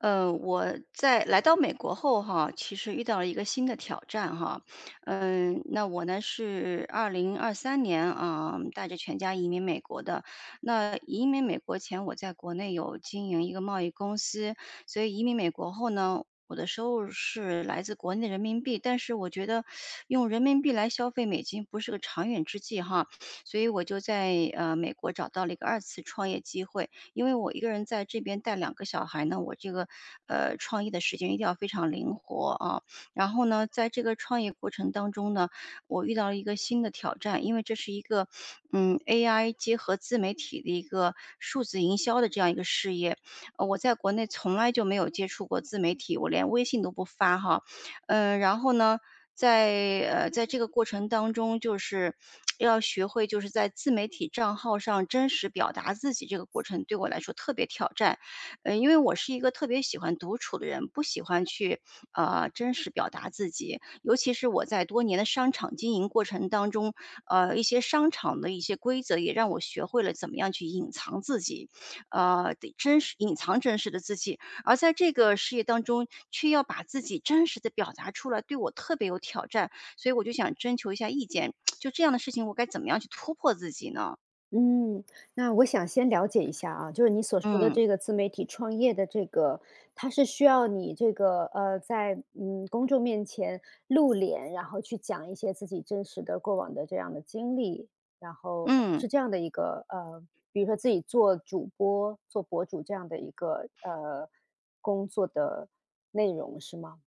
我在来到美国后哈，其实遇到了一个新的挑战哈。那我呢是二零二三年啊，带着全家移民美国的。那移民美国前，我在国内有经营一个贸易公司，所以移民美国后呢，我的收入是来自国内的人民币，但是我觉得用人民币来消费美金不是个长远之计哈，所以我就在美国找到了一个二次创业机会。因为我一个人在这边带两个小孩呢，我这个创业的时间一定要非常灵活啊。然后呢，在这个创业过程当中呢，我遇到了一个新的挑战，因为这是一个AI 结合自媒体的一个数字营销的这样一个事业。我在国内从来就没有接触过自媒体，我连微信都不发哈。然后呢，在在这个过程当中，就是要学会就是在自媒体账号上真实表达自己，这个过程对我来说特别挑战。因为我是一个特别喜欢独处的人，不喜欢去真实表达自己，尤其是我在多年的商场经营过程当中，一些商场的一些规则也让我学会了怎么样去隐藏自己，得真实隐藏真实的自己，而在这个事业当中，却要把自己真实的表达出来，对我特别有挑战，所以我就想征求一下意见，就这样的事情我该怎么样去突破自己呢？嗯，那我想先了解一下啊，就是你所说的嗯，这个自媒体创业的这个，它是需要你这个在公众面前露脸，然后去讲一些自己真实的过往的这样的经历，然后嗯。是这样的一个比如说自己做主播、做博主这样的一个工作的内容是吗？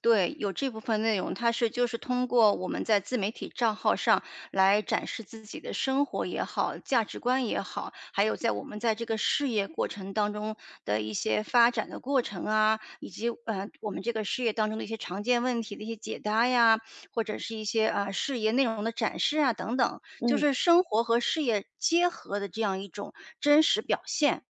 对，有这部分内容，它是就是通过我们在自媒体账号上来展示自己的生活也好，价值观也好，还有在我们在这个事业过程当中的一些发展的过程啊，以及我们这个事业当中的一些常见问题的一些解答呀，或者是一些啊、事业内容的展示啊等等，就嗯。是生活和事业结合的这样一种真实表现。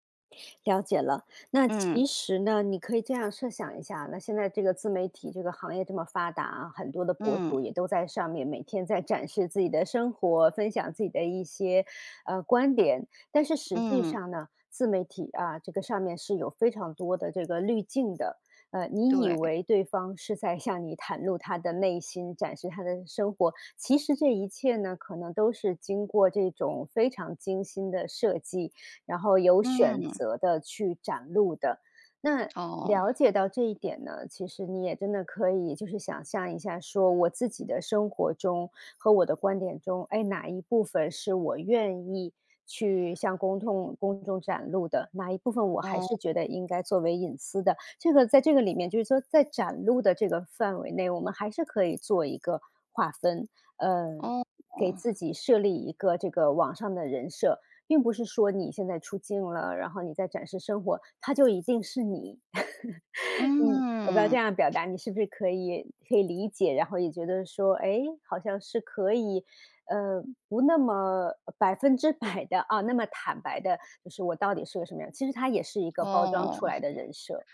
了解了，那嗯其实呢，你可以这样设想一下，那现在这个自媒体这个行业这么发达啊，很多的博嗯主也都在上面每天在展示自己的生活，分享自己的一些观点。但是实际嗯，上呢，自媒体啊，这个上面是有非常多的这个滤镜的。你以对，为对方是在向你袒露他的内心，展示他的生活，其实这一切呢，可能都是经过这种非常精心的设计，然后有选嗯，择的去展露的。那哦了解到这一点呢，其实你也真的可以就是想象一下，说我自己的生活中和我的观点中，哎，哪一部分是我愿意去向公众展露的，哪一部分我还哦是觉得应该作为隐私的。这个在这个里面，就是说在展露的这个范围内，我们还是可以做一个划分，呃，哦。给自己设立一个这个网上的人设，并不是说你现在出镜了，然后你在展示生活，它就一定是你。嗯，我不知道嗯，这样表达你是不是可以理解，然后也觉得说，哎，好像是可以，呃，不那么百分之百的啊，那么坦白的，就是我到底是个什么样，其实它也是一个包装哦，出来的人设，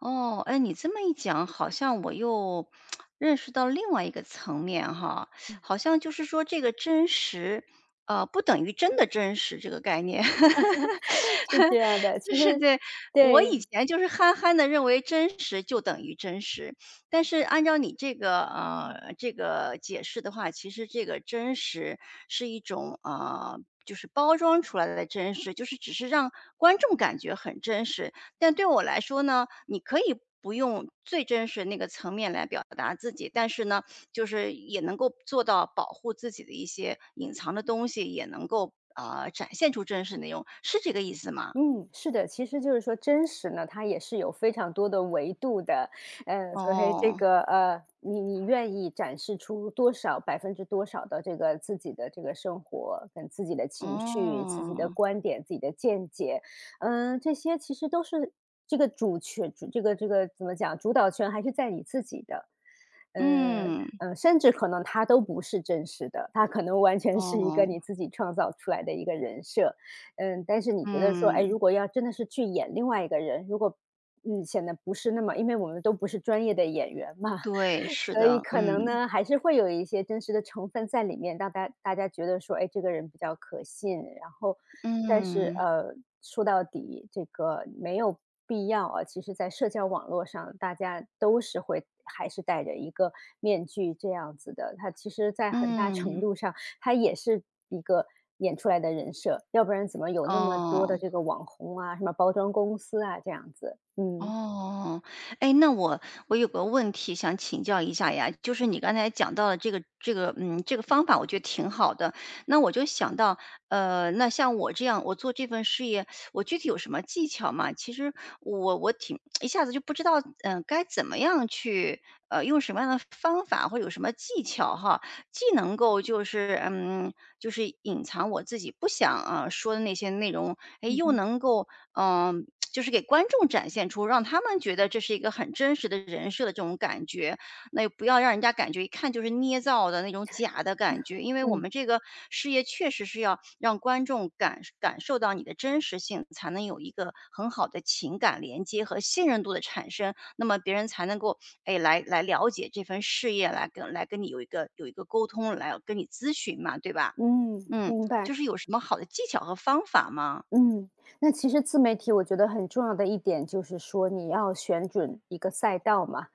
哦，哎，你这么一讲，好像我又认识到另外一个层面哈，好像就是说这个真实，不等于真的真实这个概念。是这样的，就其是实对，我以对。前就是憨憨的认为真实就等于真实，但是按照你这个，这个解释的话，其实这个真实是一种，就是包装出来的真实，就是只是让观众感觉很真实。但对我来说呢，你可以不用最真实那个层面来表达自己，但是呢，就是也能够做到保护自己的一些隐藏的东西，也能够，啊展现出真实内容，是这个意思吗？嗯，是的，其实就是说真实呢，它也是有非常多的维度的，所以这哦，个你愿意展示出多少百分之多少的这个自己的这个生活跟自己的情绪、自己的哦，观点、自己的见解，嗯、这些其实都是这个主权主这个这个怎么讲，主导权还是在你自己的，嗯、嗯，嗯、甚至可能它都不是真实的，它可能完全是一个哦，你自己创造出来的一个人设，嗯，但是你觉得说，哎，嗯，如果要真的是去演另外一个人，如果嗯，显得不是那么因为我们都不是专业的演员嘛，对，是所以的，可嗯，能呢，还是会有一些真实的成分在里面，让大家觉得说，哎，这个人比较可信。然后，但是嗯，说到底，这个没有必要啊。其实，在社交网络上，大家都是会还是戴着一个面具这样子的。他其实，在很大程嗯，度上他也是一个演出来的人设，要不然怎么有那么多哦。的这个网红啊，什么包装公司啊这样子。嗯，哦，哎，那我有个问题想请教一下呀，就是你刚才讲到的这个，嗯，这个方法我觉得挺好的。那我就想到，那像我这样，我做这份事业，我具体有什么技巧吗？其实我挺 一下子就不知道，该怎么样去，用什么样的方法或者有什么技巧哈，既能够就是就是隐藏我自己不想啊、说的那些内容，哎，嗯又嗯能够就是给观众展现出，让他们觉得这是一个很真实的人设的这种感觉。那也不要让人家感觉一看就是捏造的那种假的感觉，因为我嗯，们这个事业确实是要让观众感受到你的真实性，才能有一个很好的情感连接和信任度的产生。那么别人才能够，哎，来了解这份事业，来跟你有一个沟通，来跟你咨询嘛，对吧？嗯，嗯，明白。就是有什么好的技巧和方法吗？嗯，那其实自媒体我觉得很重要的一点就是说你要选准一个赛道嘛，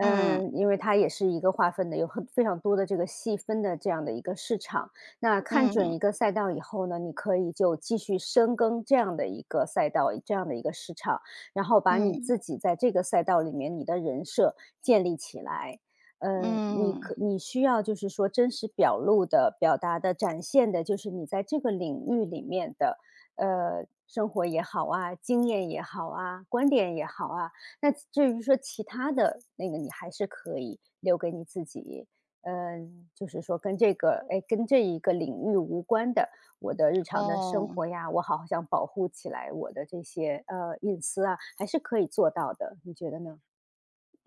嗯因为它也是一个划分的，有很非常多的这个细分的这样的一个市场。那看准嗯一个赛道以后呢，你可以就继续深耕这样的一个赛道，这样的一个市场，然后把你嗯。自己在这个赛道里面你的人设建立起来。嗯，你嗯，可你需要就是说真实表露的、表达的、展现的，就是你在这个领域里面的生活也好啊，经验也好啊，观点也好啊。那至于说其他的那个，你还是可以留给你自己。嗯，就是说跟这个，哎，跟这一个领域无关的，我的日常的生哦，活呀，我好想保护起来我的这些隐私啊，还是可以做到的，你觉得呢？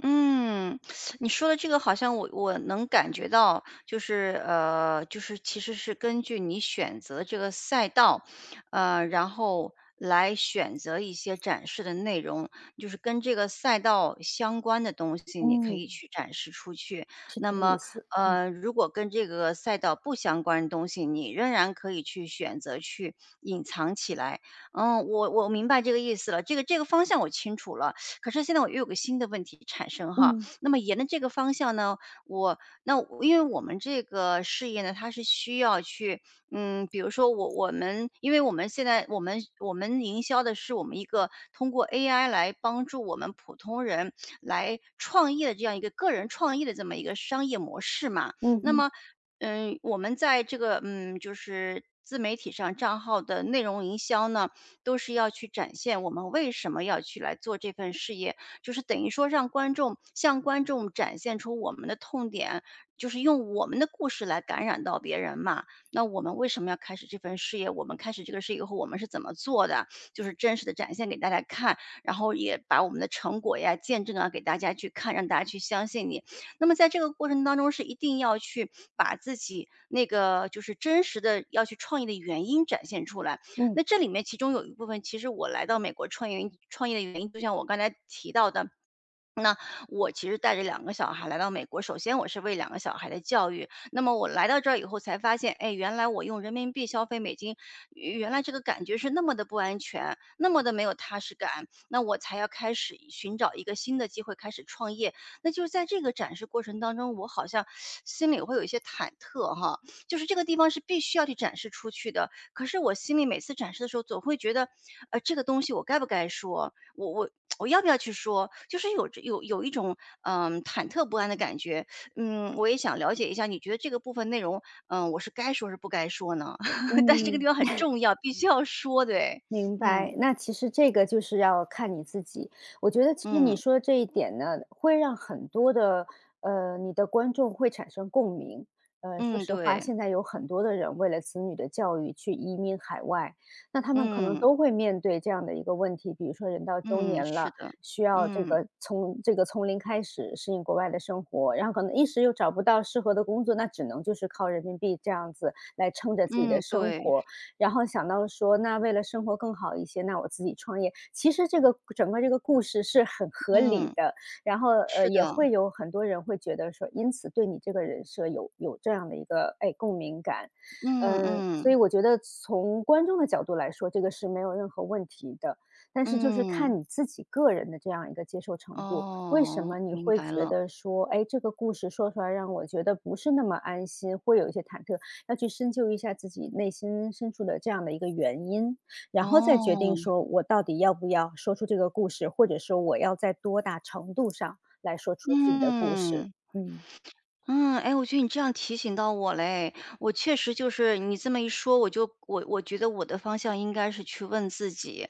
嗯，你说的这个好像我能感觉到，就是就是其实是根据你选择这个赛道，然后来选择一些展示的内容，就是跟这个赛道相关的东西，你可以嗯，去展示出去。是那这个么，意思。嗯如果跟这个赛道不相关的东西，你仍然可以去选择去隐藏起来。嗯，我明白这个意思了，这个方向我清楚了。可是现在我又有个新的问题产生哈，嗯那么沿着这个方向呢，我我因为我们这个事业呢，它是需要去，比如说我们，因为我们现在我们营销的是我们一个通过 AI 来帮助我们普通人来创业的这样一个个人创业的这么一个商业模式嘛。嗯那哼么，我们在这个就是自媒体上账号的内容营销呢，都是要去展现我们为什么要去来做这份事业，就是等于说让观众向观众展现出我们的痛点，就是用我们的故事来感染到别人嘛。那我们为什么要开始这份事业？我们开始这个事业以后，我们是怎么做的？就是真实的展现给大家看，然后也把我们的成果呀、见证啊给大家去看，让大家去相信你。那么在这个过程当中，是一定要去把自己那个就是真实的要去创业的原因展现出来。嗯那这里面其中有一部分，其实我来到美国创业的原因，就像我刚才提到的，那我其实带着两个小孩来到美国，首先我是为两个小孩的教育，那么我来到这儿以后才发现，哎，原来我用人民币消费美金，原来这个感觉是那么的不安全，那么的没有踏实感，那我才要开始寻找一个新的机会，开始创业。那就是在这个展示过程当中，我好像心里会有一些忐忑哈，就是这个地方是必须要去展示出去的，可是我心里每次展示的时候，总会觉得，这个东西我该不该说？我 我要不要去说？就是有这有有一种忐忑不安的感觉。嗯，我也想了解一下，你觉得这个部分内容，我是该说是不该说呢？但是这个嗯。地方很重要，必须要说，对，明嗯白，那其实这个就是要看你自己。我觉得其实你嗯说这一点呢，会让很多的你的观众会产生共鸣。说嗯，实话，对，现在有很多的人为了子女的教育去移民海外，那他们可能嗯都会面对这样的一个问题，比如说人到中嗯，年是了，的，需要这嗯个从零开始适应国外的生活，然后可能一时又找不到适合的工作，那只能就是靠人民币这样子来撑着自己的嗯，生对，活。然后想到说，那为了生活更好一些，那我自己创业。其实这个整个这个故事是很合理嗯，的，然后是也的，会有很多人会觉得说，因此对你这个人设有这样的一个哎共鸣感，嗯嗯，所嗯以我觉得从观众的角度来说，这个是没有任何问题的。但是就是嗯，看你自己个人的这样一个接受程度，为什哦，么你明会白觉了，得说，哎，这个故事说出来让我觉得不是那么安心，会有一些忐忑要去深究一下自己内心深处的这样的一个原因，然后再决定哦。说我到底要不要说出这个故事，或者说我要在多大程度上来说出自己的故事。嗯，嗯嗯，哎，我觉得你这样提醒到我嘞，我确实就是你这么一说，我觉得我的方向应该是去问自己，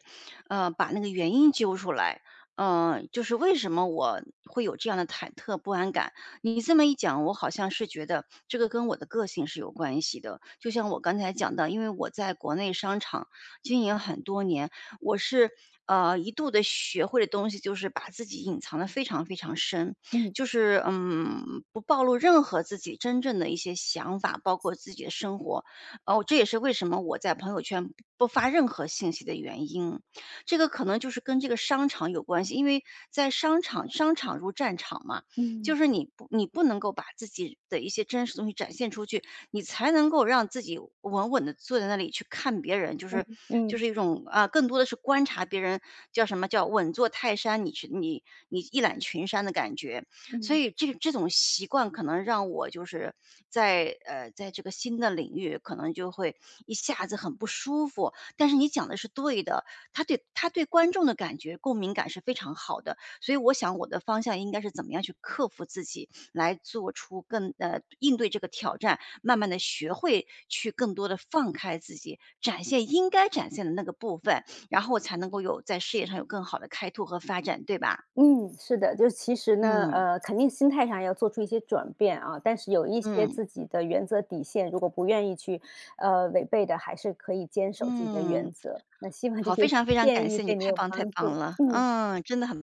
把那个原因揪出来，就是为什么我会有这样的忐忑不安感？你这么一讲，我好像是觉得这个跟我的个性是有关系的。就像我刚才讲到，因为我在国内商场经营很多年，我是一度的学会的东西就是把自己隐藏的非常非常深，嗯就是，不暴露任何自己真正的一些想法，包括自己的生活。哦，这也是为什么我在朋友圈不发任何信息的原因。这个可能就是跟这个商场有关系，因为在商场如战场嘛，就嗯是你不能够把自己的一些真实东西展现出去，你才能够让自己稳稳的坐在那里去看别人，就嗯是就嗯是一种啊，更多的是观察别人，叫什么叫稳坐泰山，你去你你一览群山的感觉。所嗯以这种习惯可能让我就是在在这个新的领域，可能就会一下子很不舒服。但是你讲的是对的，他对观众的感觉共鸣感是非常好的，所以我想我的方向应该是怎么样去克服自己，来做出更应对这个挑战，慢慢的学会去更多的放开自己，展现应该展现的那个部分，然后我才能够有在事业上有更好的开拓和发展，对吧？嗯，是的，就是其实呢，嗯，肯定心态上要做出一些转变啊，但是有一些嗯，自己的原则底线，如果不愿意去违背的，还是可以坚守自己的嗯。原则。那希望这好，些非常非常感建议谢你，对你太有棒太帮棒助。了，嗯。嗯，真的很